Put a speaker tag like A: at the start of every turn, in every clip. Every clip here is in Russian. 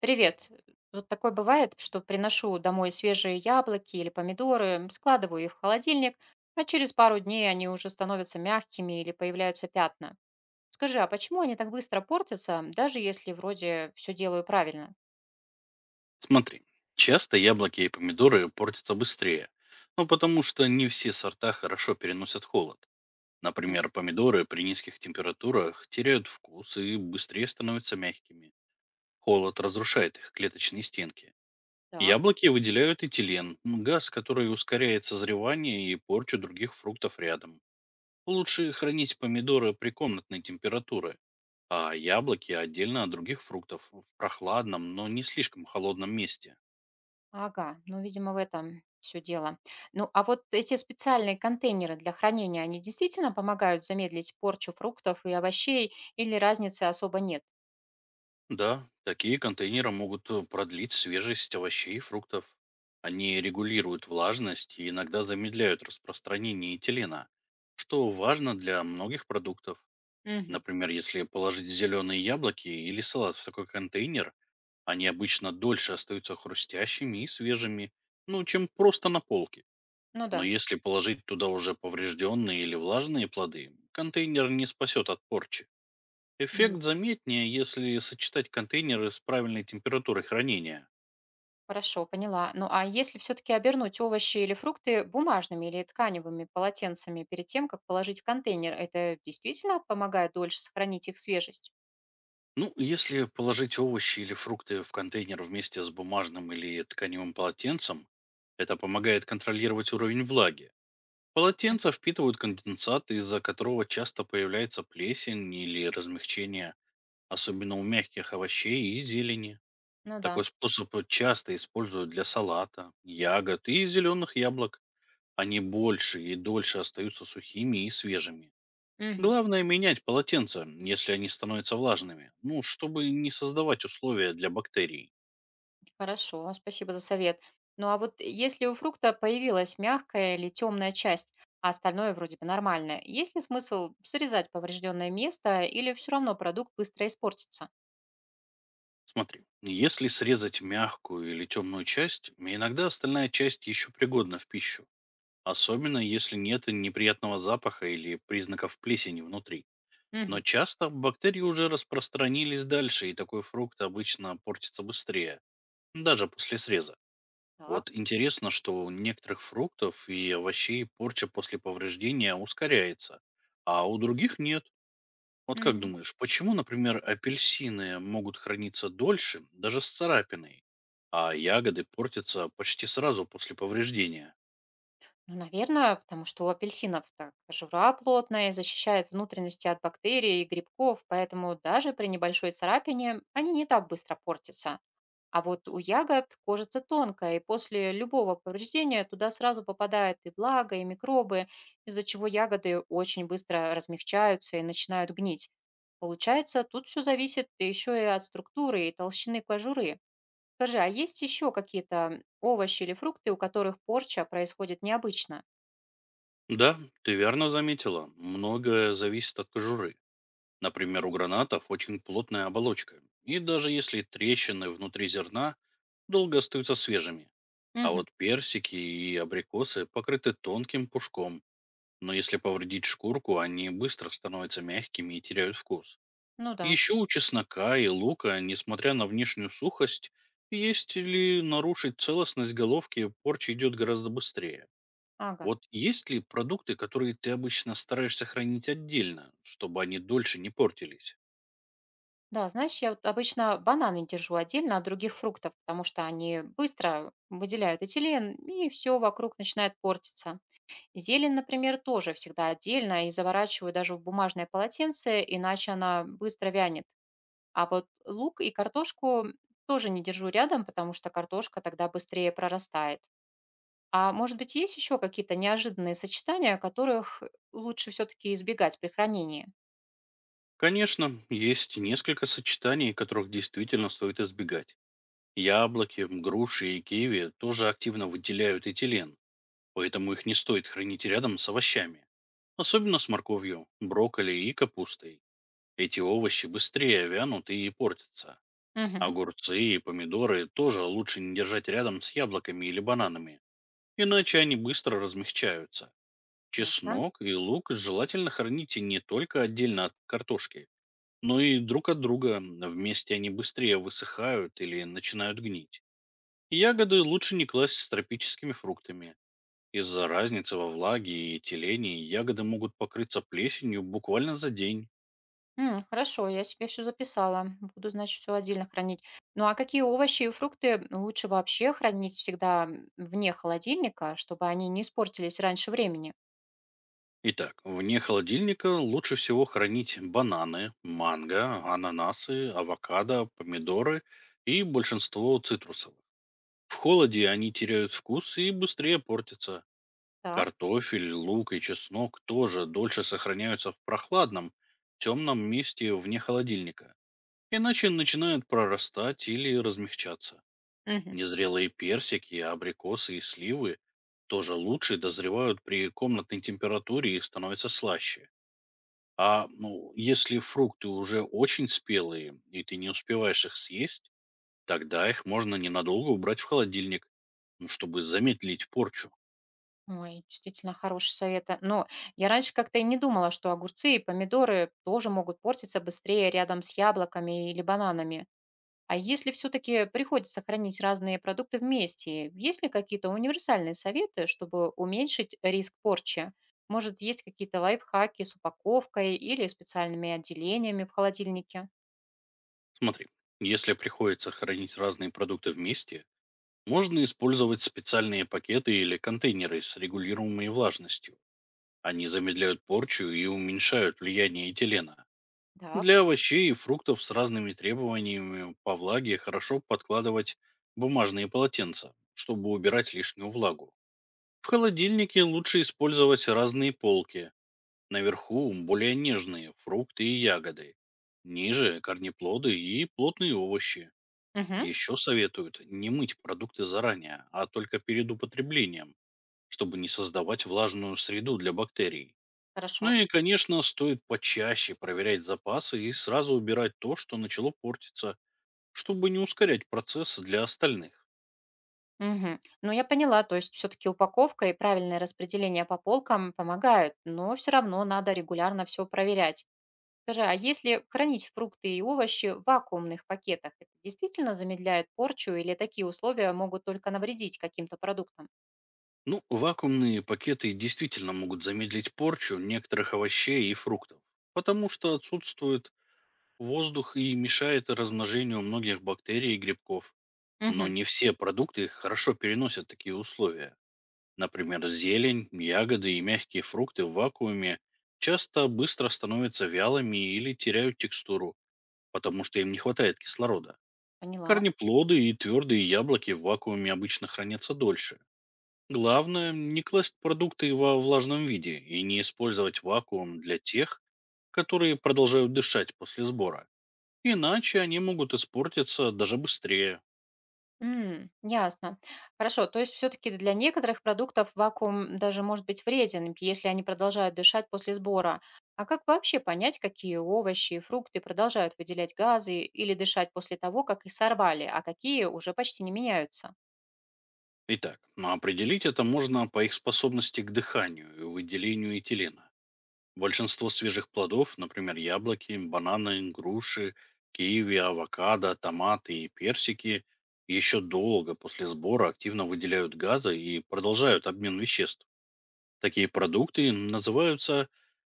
A: Привет. Вот такое бывает, что приношу домой свежие яблоки или помидоры, складываю их в холодильник, а через пару дней они уже становятся мягкими или появляются пятна. Скажи, а почему они так быстро портятся, даже если вроде все делаю правильно?
B: Смотри, часто яблоки и помидоры портятся быстрее, ну потому что не все сорта хорошо переносят холод.
A: М.
B: Например, помидоры при низких температурах теряют вкус и быстрее становятся мягкими. Холод разрушает их клеточные стенки.
A: Так.
B: Яблоки выделяют этилен, газ, который ускоряет созревание и порчу других фруктов рядом. Лучше хранить помидоры при комнатной температуре, а яблоки отдельно от других фруктов в прохладном, но не слишком холодном месте.
A: Ага, ну, видимо, в этом все дело. Ну, а вот эти специальные контейнеры для хранения, они действительно помогают замедлить порчу фруктов и овощей или разницы особо нет?
B: Да, такие контейнеры могут продлить свежесть овощей и фруктов. Они регулируют влажность и иногда замедляют распространение этилена, что важно для многих продуктов.
A: Мгм.
B: Например, если положить зеленые яблоки или салат в такой контейнер, они обычно дольше остаются хрустящими и свежими, ну, чем просто на полке.
A: Ну
B: Но
A: да.
B: если положить туда уже поврежденные или влажные плоды, контейнер не спасет от порчи. Эффект заметнее, если сочетать контейнеры с правильной температурой хранения.
A: Хорошо, поняла. Ну а если все-таки обернуть овощи или фрукты бумажными или тканевыми полотенцами перед тем, как положить в контейнер, это действительно помогает дольше сохранить их свежесть?
B: Ну, если положить овощи или фрукты в контейнер вместе с бумажным или тканевым полотенцем, это помогает контролировать уровень влаги.
A: М.
B: Полотенца впитывают конденсат, из-за которого часто появляется плесень или размягчение, особенно у мягких овощей и зелени.
A: Ну да.
B: Такой способ часто используют для салата, ягод и зеленых яблок. Они больше и дольше остаются сухими и свежими.
A: Мгм.
B: Главное менять полотенца, если они становятся влажными, ну, чтобы не создавать условия для бактерий.
A: Хорошо, спасибо за совет. Ну а вот если у фрукта появилась мягкая или темная часть, а остальное вроде бы нормальное, есть ли смысл срезать поврежденное место или все равно продукт быстро испортится?
B: Смотри, если срезать мягкую или темную часть, иногда остальная часть еще пригодна в пищу. Особенно, если нет неприятного запаха или признаков плесени внутри. Но
A: Мгм.
B: часто бактерии уже распространились дальше, и такой фрукт обычно портится быстрее, даже после среза.
A: Так.
B: Вот интересно, что у некоторых фруктов и овощей порча после повреждения ускоряется, а у других нет. Вот как думаешь, почему, например, апельсины могут храниться дольше, даже с царапиной, а ягоды портятся почти сразу после повреждения?
A: Ну, наверное, потому что у апельсинов так кожура плотная, защищает внутренности от бактерий и грибков, поэтому даже при небольшой царапине они не так быстро портятся. А вот у ягод кожица тонкая, и после любого повреждения туда сразу попадает и влага, и микробы, из-за чего ягоды очень быстро размягчаются и начинают гнить. Получается, тут все зависит еще и от структуры и толщины кожуры. Скажи, а есть еще какие-то овощи или фрукты, у которых порча происходит необычно?
B: Да, ты верно заметила, многое зависит от кожуры. Например, у гранатов очень плотная оболочка, и даже если трещины внутри зерна долго остаются свежими. А
A: Мгм.
B: вот персики и абрикосы покрыты тонким пушком, но если повредить шкурку, они быстро становятся мягкими и теряют вкус.
A: Ну да.
B: Еще у чеснока и лука, несмотря на внешнюю сухость, есть ли нарушить целостность головки, порча идет гораздо быстрее.
A: Ага.
B: Вот есть ли продукты, которые ты обычно стараешься хранить отдельно, чтобы они дольше не портились?
A: Да, знаешь, я вот обычно бананы держу отдельно от других фруктов, потому что они быстро выделяют этилен, и все вокруг начинает портиться. Зелень, например, тоже всегда отдельно и заворачиваю даже в бумажное полотенце, иначе она быстро вянет. А вот лук и картошку тоже не держу рядом, потому что картошка тогда быстрее прорастает. А может быть, есть еще какие-то неожиданные сочетания, которых лучше все-таки избегать при хранении?
B: Конечно, есть несколько сочетаний, которых действительно стоит избегать. Яблоки, груши и киви тоже активно выделяют этилен, поэтому их не стоит хранить рядом с овощами. Особенно с морковью, брокколи и капустой. Эти овощи быстрее вянут и портятся.
A: Угу.
B: Огурцы и помидоры тоже лучше не держать рядом с яблоками или бананами, иначе они быстро размягчаются.
A: Ясно.
B: Чеснок и лук желательно храните не только отдельно от картошки, но и друг от друга. Вместе они быстрее высыхают или начинают гнить. Ягоды лучше не класть с тропическими фруктами. Из-за разницы во влаге и телении ягоды могут покрыться плесенью буквально за день.
A: Хорошо, я себе все записала. Буду, значит, все отдельно хранить. Ну, а какие овощи и фрукты лучше вообще хранить всегда, вне холодильника, чтобы они не испортились раньше времени?
B: Итак, вне холодильника лучше всего хранить бананы, манго, ананасы, авокадо, помидоры и большинство цитрусовых. В холоде они теряют вкус и быстрее портятся.
A: Так.
B: Картофель, лук и чеснок тоже дольше сохраняются в прохладном, темном месте вне холодильника. Иначе начинают прорастать или размягчаться.
A: Мгм.
B: Незрелые персики, абрикосы и сливы тоже лучше дозревают при комнатной температуре и становятся слаще. А ну, если фрукты уже очень спелые, и ты не успеваешь их съесть, тогда их можно ненадолго убрать в холодильник, ну, чтобы замедлить порчу.
A: Ой, действительно хороший совет, а. Но я раньше как-то и не думала, что огурцы и помидоры тоже могут портиться быстрее рядом с яблоками или бананами. А если все-таки приходится хранить разные продукты вместе, есть ли какие-то универсальные советы, чтобы уменьшить риск порчи? Может, есть какие-то лайфхаки с упаковкой или специальными отделениями в холодильнике?
B: Смотри, если приходится хранить разные продукты вместе, можно использовать специальные пакеты или контейнеры с регулируемой влажностью. Они замедляют порчу и уменьшают влияние этилена.
A: Так.
B: Для овощей и фруктов с разными требованиями по влаге хорошо подкладывать бумажные полотенца, чтобы убирать лишнюю влагу. В холодильнике лучше использовать разные полки. Наверху более нежные фрукты и ягоды. Ниже корнеплоды и плотные овощи.
A: Мгм.
B: Еще советуют не мыть продукты заранее, а только перед употреблением, чтобы не создавать влажную среду для бактерий.
A: Хорошо.
B: Ну и, конечно, стоит почаще проверять запасы и сразу убирать то, что начало портиться, чтобы не ускорять процесс для остальных.
A: Мгм. Ну, я поняла, то есть все-таки упаковка и правильное распределение по полкам помогают, но все равно надо регулярно все проверять. Скажи, а если хранить фрукты и овощи в вакуумных пакетах, это действительно замедляет порчу или такие условия могут только навредить каким-то продуктам?
B: Ну, вакуумные пакеты действительно могут замедлить порчу некоторых овощей и фруктов, потому что отсутствует воздух и мешает размножению многих бактерий и грибков. Но
A: Мгм.
B: не все продукты хорошо переносят такие условия. Например, зелень, ягоды и мягкие фрукты в вакууме часто быстро становятся вялыми или теряют текстуру, потому что им не хватает кислорода.
A: Поняла.
B: Корнеплоды и твердые яблоки в вакууме обычно хранятся дольше. Главное, не класть продукты во влажном виде и не использовать вакуум для тех, которые продолжают дышать после сбора. Иначе они могут испортиться даже быстрее.
A: Ясно. Хорошо, то есть все-таки для некоторых продуктов вакуум даже может быть вреден, если они продолжают дышать после сбора. А как вообще понять, какие овощи и фрукты продолжают выделять газы или дышать после того, как их сорвали, а какие уже почти не меняются?
B: Итак, ну, определить это можно по их способности к дыханию и выделению этилена. Большинство свежих плодов, например, яблоки, бананы, груши, киви, авокадо, томаты и персики, еще долго после сбора активно выделяют газы и продолжают обмен веществ. Такие продукты называются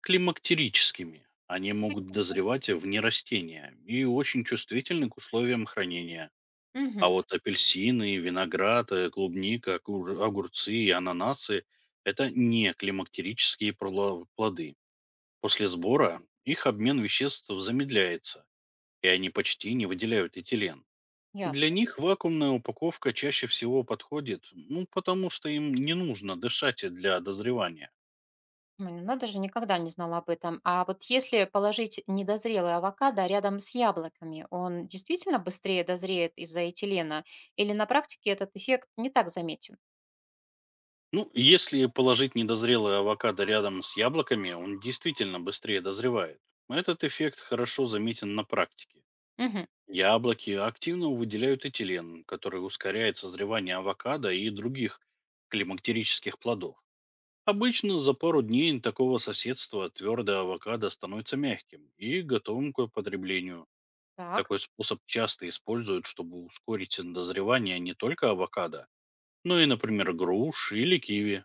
B: климактерическими. Они могут дозревать вне растения и очень чувствительны к условиям хранения. А
A: Мгм.
B: вот апельсины, виноград, клубника, огурцы и ананасы – это не климактерические плоды. После сбора их обмен веществ замедляется, и они почти не выделяют этилен. Для
A: Ясно.
B: них вакуумная упаковка чаще всего подходит, ну, потому что им не нужно дышать для дозревания.
A: Ой, ну надо же, никогда не знала об этом. А вот если положить недозрелый авокадо рядом с яблоками, он действительно быстрее дозреет из-за этилена? Или на практике этот эффект не так заметен?
B: Ну, если положить недозрелый авокадо рядом с яблоками, он действительно быстрее дозревает. Этот эффект хорошо заметен на практике.
A: Мгм.
B: Яблоки активно выделяют этилен, который ускоряет созревание авокадо и других климактерических плодов. Обычно за пару дней такого соседства твердое авокадо становится мягким и готовым к употреблению.
A: Так,
B: Такой способ часто используют, чтобы ускорить дозревание не только авокадо, но и, например, груш или киви.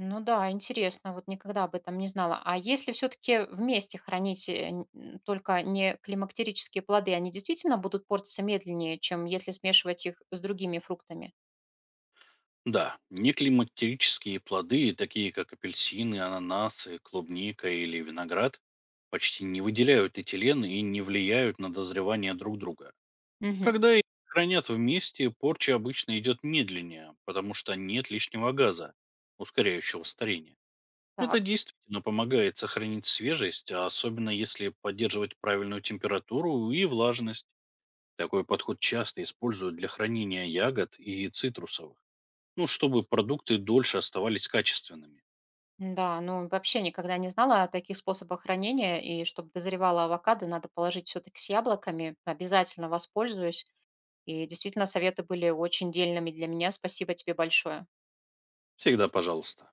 A: ну да, интересно, вот никогда об этом не знала. А если все-таки вместе хранить только не климактерические плоды, они действительно будут портиться медленнее, чем если смешивать их с другими фруктами?
B: Да, неклиматические плоды, такие как апельсины, ананасы, клубника или виноград, почти не выделяют этилен и не влияют на дозревание друг друга.
A: Мгм.
B: Когда их хранят вместе, порча обычно идет медленнее, потому что нет лишнего газа, ускоряющего старение. Это
A: Так.
B: действительно помогает сохранить свежесть, а особенно если поддерживать правильную температуру и влажность. Такой подход часто используют для хранения ягод и цитрусовых, ну, чтобы продукты дольше оставались качественными.
A: Да, ну вообще никогда не знала о таких способах хранения, и чтобы дозревала авокадо, надо положить все-таки с яблоками. Обязательно воспользуюсь. И действительно, советы были очень дельными для меня. Спасибо тебе большое.
B: Всегда пожалуйста.